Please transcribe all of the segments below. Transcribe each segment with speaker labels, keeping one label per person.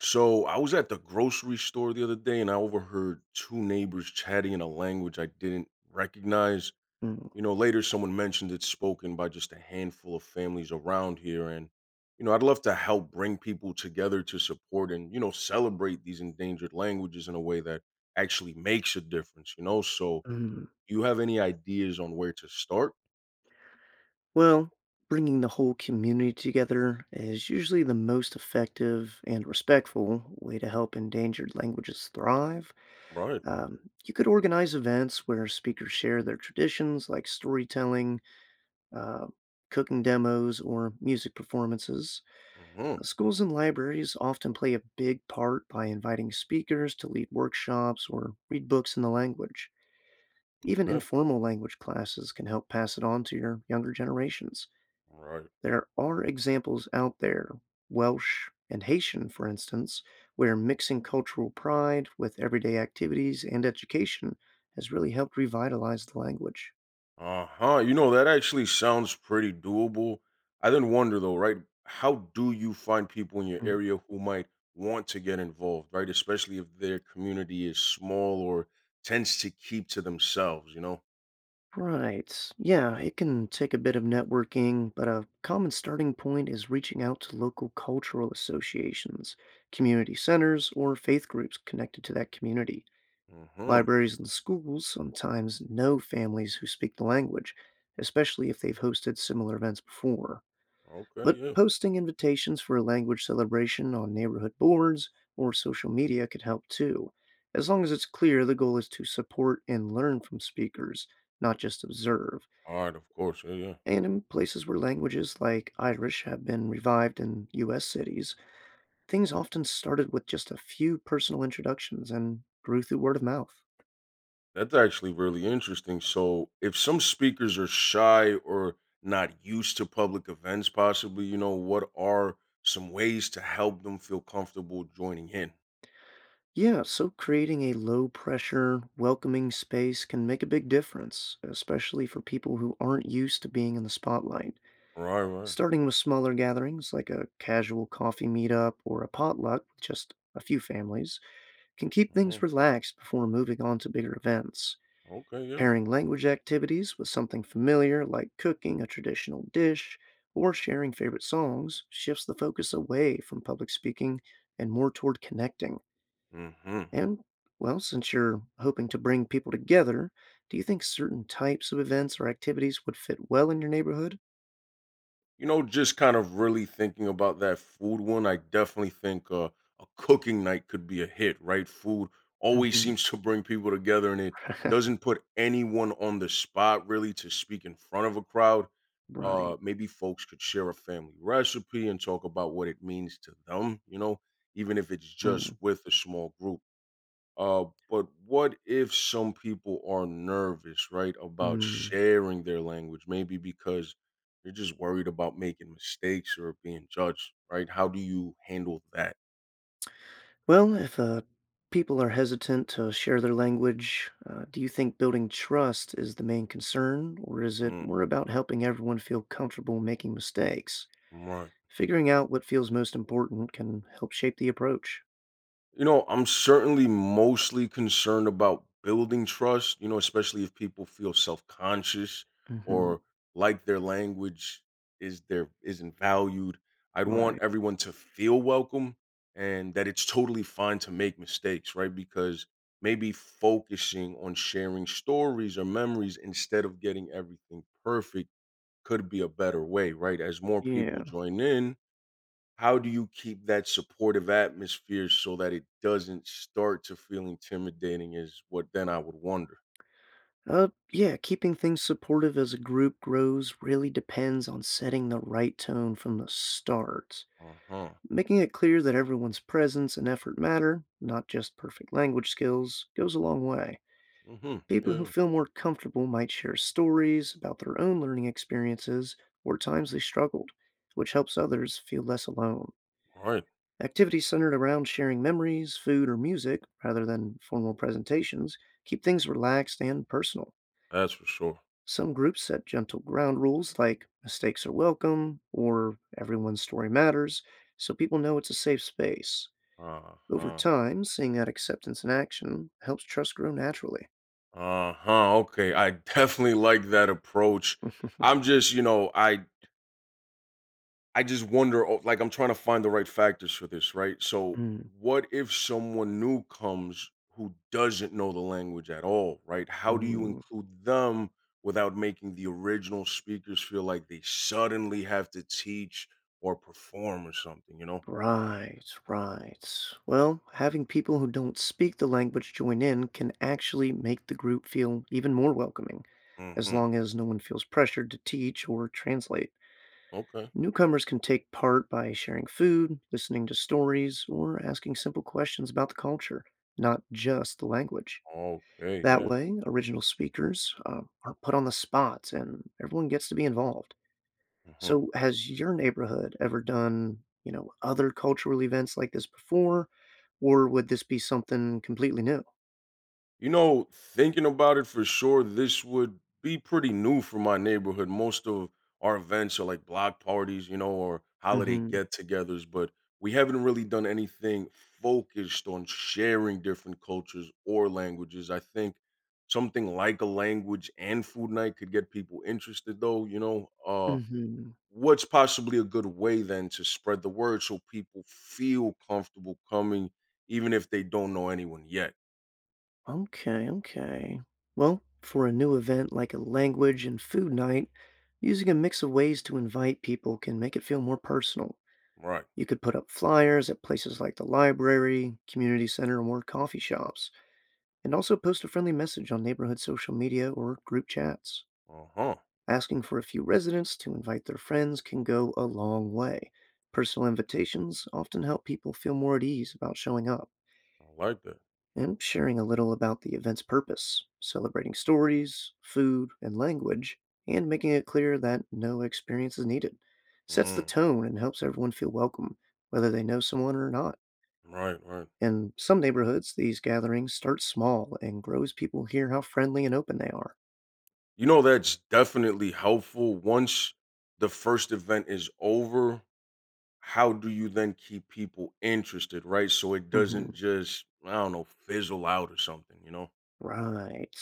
Speaker 1: So I was at the grocery store the other day and I overheard two neighbors chatting in a language I didn't recognize.
Speaker 2: Mm,
Speaker 1: Later someone mentioned it's spoken by just a handful of families around here. And, I'd love to help bring people together to support and, celebrate these endangered languages in a way that actually makes a difference, So
Speaker 2: mm.
Speaker 1: you have any ideas on where to start?
Speaker 2: Well, bringing the whole community together is usually the most effective and respectful way to help endangered languages thrive.
Speaker 1: Right.
Speaker 2: You could organize events where speakers share their traditions, like storytelling, uh, cooking demos, or music performances.
Speaker 1: Hmm.
Speaker 2: Schools and libraries often play a big part by inviting speakers to lead workshops or read books in the language. Even
Speaker 1: Okay.
Speaker 2: informal language classes can help pass it on to your younger generations.
Speaker 1: Right.
Speaker 2: There are examples out there, Welsh and Haitian, for instance, where mixing cultural pride with everyday activities and education has really helped revitalize the language.
Speaker 1: Uh-huh. That actually sounds pretty doable. I then wonder though, right? How do you find people in your area who might want to get involved, right? Especially if their community is small or tends to keep to themselves,
Speaker 2: Right. Yeah, it can take a bit of networking, but a common starting point is reaching out to local cultural associations, community centers, or faith groups connected to that community.
Speaker 1: Mm-hmm.
Speaker 2: Libraries and schools sometimes know families who speak the language, especially if they've hosted similar events before.
Speaker 1: Okay,
Speaker 2: But
Speaker 1: yeah.
Speaker 2: posting invitations for a language celebration on neighborhood boards or social media could help too. As long as it's clear, the goal is to support and learn from speakers, not just observe.
Speaker 1: All right, of course. Yeah, yeah.
Speaker 2: And in places where languages like Irish have been revived in US cities, things often started with just a few personal introductions and grew through word of mouth.
Speaker 1: That's actually really interesting. So if some speakers are shy or not used to public events, possibly, what are some ways to help them feel comfortable joining in?
Speaker 2: Yeah, so creating a low pressure, welcoming space can make a big difference, especially for people who aren't used to being in the spotlight.
Speaker 1: Right, right.
Speaker 2: Starting with smaller gatherings like a casual coffee meetup or a potluck with just a few families can keep things
Speaker 1: Mhm.
Speaker 2: relaxed before moving on to bigger events.
Speaker 1: Okay, yeah.
Speaker 2: Pairing language activities with something familiar like cooking a traditional dish or sharing favorite songs shifts the focus away from public speaking and more toward connecting.
Speaker 1: Hmm.
Speaker 2: And, well, since you're hoping to bring people together, do you think certain types of events or activities would fit well in your neighborhood?
Speaker 1: Just kind of really thinking about that food one, I definitely think a cooking night could be a hit, right? Food always
Speaker 2: Hmm.
Speaker 1: seems to bring people together and it doesn't put anyone on the spot really to speak in front of a crowd.
Speaker 2: Right.
Speaker 1: Maybe folks could share a family recipe and talk about what it means to them, even if it's just
Speaker 2: Mm,
Speaker 1: with a small group. But what if some people are nervous, right, about
Speaker 2: mm.
Speaker 1: sharing their language? Maybe because they're just worried about making mistakes or being judged, right? How do you handle that?
Speaker 2: Well, if people are hesitant to share their language, do you think building trust is the main concern, or is it
Speaker 1: Mm,
Speaker 2: more about helping everyone feel comfortable making mistakes?
Speaker 1: right.
Speaker 2: Figuring out what feels most important can help shape the approach.
Speaker 1: I'm certainly mostly concerned about building trust, especially if people feel self-conscious
Speaker 2: Hmm.
Speaker 1: or like their language is there isn't valued. I'd want
Speaker 2: Right.
Speaker 1: everyone to feel welcome and that it's totally fine to make mistakes, right? Because maybe focusing on sharing stories or memories instead of getting everything perfect could be a better way, right? As more people
Speaker 2: Yeah.
Speaker 1: join in, how do you keep that supportive atmosphere so that it doesn't start to feel intimidating is what then I would wonder.
Speaker 2: Yeah, keeping things supportive as a group grows really depends on setting the right tone from the start.
Speaker 1: Uh-huh.
Speaker 2: Making it clear that everyone's presence and effort matter, not just perfect language skills, goes a long way.
Speaker 1: Mhm.
Speaker 2: People who
Speaker 1: Yeah.
Speaker 2: feel more comfortable might share stories about their own learning experiences or times they struggled, which helps others feel less alone.
Speaker 1: Right.
Speaker 2: Activities centered around sharing memories, food, or music, rather than formal presentations, keep things relaxed and personal.
Speaker 1: That's for sure.
Speaker 2: Some groups set gentle ground rules like mistakes are welcome or everyone's story matters, so people know it's a safe space. Over
Speaker 1: Uh-huh.
Speaker 2: time, seeing that acceptance in action helps trust grow naturally.
Speaker 1: Uh-huh. Okay. I definitely like that approach. I'm just, I just wonder, I'm trying to find the right factors for this, right? So,
Speaker 2: Mm,
Speaker 1: what if someone new comes who doesn't know the language at all, right? How do you
Speaker 2: mm.
Speaker 1: include them without making the original speakers feel like they suddenly have to teach or perform or something,
Speaker 2: Right, right. Well, having people who don't speak the language join in can actually make the group feel even more welcoming, as
Speaker 1: Hmm.
Speaker 2: long as no one feels pressured to teach or translate.
Speaker 1: Okay.
Speaker 2: Newcomers can take part by sharing food, listening to stories, or asking simple questions about the culture, not just the language.
Speaker 1: Okay.
Speaker 2: That
Speaker 1: Yeah.
Speaker 2: way, original speakers are put on the spot and everyone gets to be involved.
Speaker 1: Hmm.
Speaker 2: So, has your neighborhood ever done, you know, other cultural events like this before, or would this be something completely new?
Speaker 1: Thinking about it for sure, this would be pretty new for my neighborhood. Most of our events are like block parties, or holiday
Speaker 2: Mhm.
Speaker 1: get togethers, but we haven't really done anything focused on sharing different cultures or languages. I think something like a language and food night could get people interested, though,
Speaker 2: Mhm.
Speaker 1: What's possibly a good way then to spread the word so people feel comfortable coming, even if they don't know anyone yet?
Speaker 2: Okay, okay. Well, for a new event like a language and food night, using a mix of ways to invite people can make it feel more personal.
Speaker 1: Right.
Speaker 2: You could put up flyers at places like the library, community center, or coffee shops, and also post a friendly message on neighborhood social media or group chats.
Speaker 1: Uh huh.
Speaker 2: Asking for a few residents to invite their friends can go a long way. Personal invitations often help people feel more at ease about showing up
Speaker 1: I like that.
Speaker 2: and sharing a little about the event's purpose, celebrating stories, food, and language, and making it clear that no experience is needed. Sets the
Speaker 1: Mm,
Speaker 2: tone and helps everyone feel welcome, whether they know someone or not.
Speaker 1: right, right.
Speaker 2: In some neighborhoods, these gatherings start small and grow as people hear how friendly and open they are.
Speaker 1: That's definitely helpful. Once the first event is over, how do you then keep people interested, right? So it doesn't
Speaker 2: Mhm.
Speaker 1: just, I don't know, fizzle out or something,
Speaker 2: Right.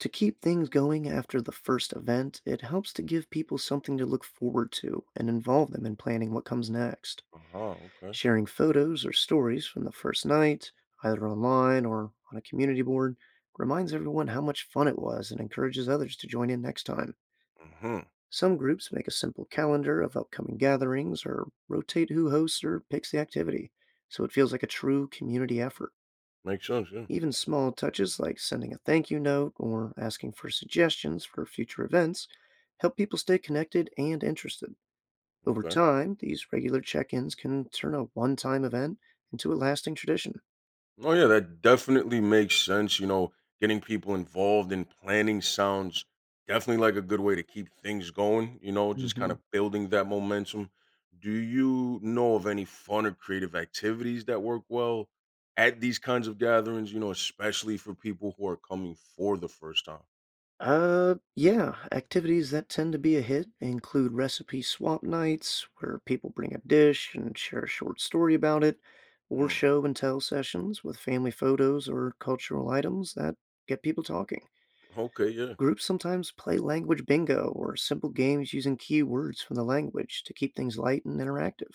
Speaker 2: To keep things going after the first event, it helps to give people something to look forward to and involve them in planning what comes next.
Speaker 1: Uh huh. Okay.
Speaker 2: Sharing photos or stories from the first night, either online or on a community board, reminds everyone how much fun it was and encourages others to join in next time.
Speaker 1: Mm hmm.
Speaker 2: Some groups make a simple calendar of upcoming gatherings or rotate who hosts or picks the activity, so it feels like a true community effort.
Speaker 1: Makes sense. Yeah.
Speaker 2: Even small touches like sending a thank you note or asking for suggestions for future events help people stay connected and interested. Over
Speaker 1: Okay.
Speaker 2: time, these regular check ins can turn a one time event into a lasting tradition.
Speaker 1: Oh yeah, that definitely makes sense. Getting people involved in planning sounds definitely like a good way to keep things going, just kind
Speaker 2: Hmm.
Speaker 1: of building that momentum. Do you know of any fun or creative activities that work well at these kinds of gatherings, especially for people who are coming for the first time?
Speaker 2: Yeah, activities that tend to be a hit include recipe swap nights, where people bring a dish and share a short story about it, or
Speaker 1: Mm,
Speaker 2: show and tell sessions with family photos or cultural items that get people talking.
Speaker 1: okay, yeah.
Speaker 2: Groups sometimes play language bingo or simple games using key words from the language to keep things light and interactive.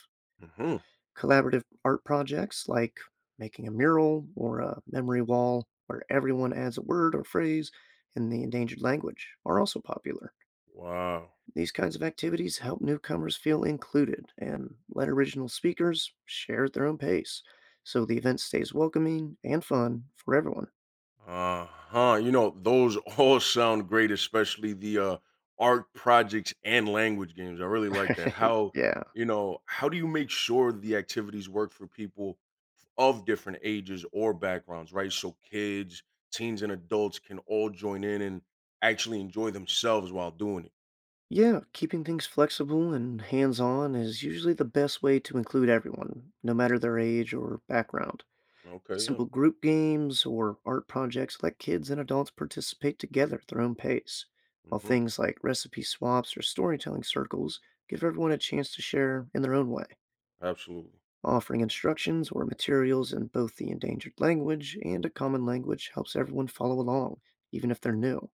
Speaker 1: Hmm.
Speaker 2: Collaborative art projects like making a mural or a memory wall where everyone adds a word or phrase in the endangered language are also popular.
Speaker 1: Wow.
Speaker 2: These kinds of activities help newcomers feel included and let original speakers share at their own pace so the event stays welcoming and fun for everyone.
Speaker 1: Uh-huh. Those all sound great, especially the art projects and language games. I really like that.
Speaker 2: Right,
Speaker 1: How,
Speaker 2: yeah.
Speaker 1: you know, how do you make sure the activities work for people of different ages or backgrounds, right? So kids, teens and adults can all join in and actually enjoy themselves while doing it.
Speaker 2: Yeah, keeping things flexible and hands-on is usually the best way to include everyone, no matter their age or background.
Speaker 1: Okay, yeah.
Speaker 2: Simple group games or art projects let kids and adults participate together at their own pace, while
Speaker 1: Hmm.
Speaker 2: things like recipe swaps or storytelling circles give everyone a chance to share in their own way,
Speaker 1: Absolutely.
Speaker 2: offering instructions or materials in both the endangered language and a common language helps everyone follow along, even if they're new.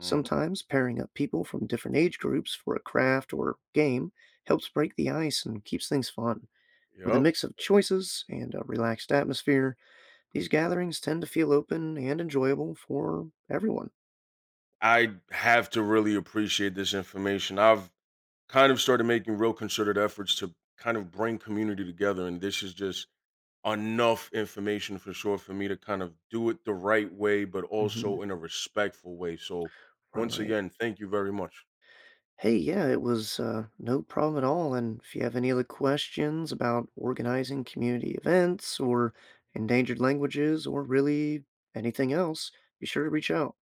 Speaker 1: Mm.
Speaker 2: Sometimes pairing up people from different age groups for a craft or game helps break the ice and keeps things fun. With a
Speaker 1: Yep.
Speaker 2: mix of choices and a relaxed atmosphere, these gatherings tend to feel open and enjoyable for everyone.
Speaker 1: I have to really appreciate this information. I've kind of started making real concerted efforts to kind of bring community together. And this is just enough information for sure for me to kind of do it the right way, but
Speaker 2: Hmm.
Speaker 1: also in a respectful way. So, once
Speaker 2: Right.
Speaker 1: again, thank you very much.
Speaker 2: Hey, yeah, it was no problem at all. And if you have any other questions about organizing community events or endangered languages or really anything else, be sure to reach out.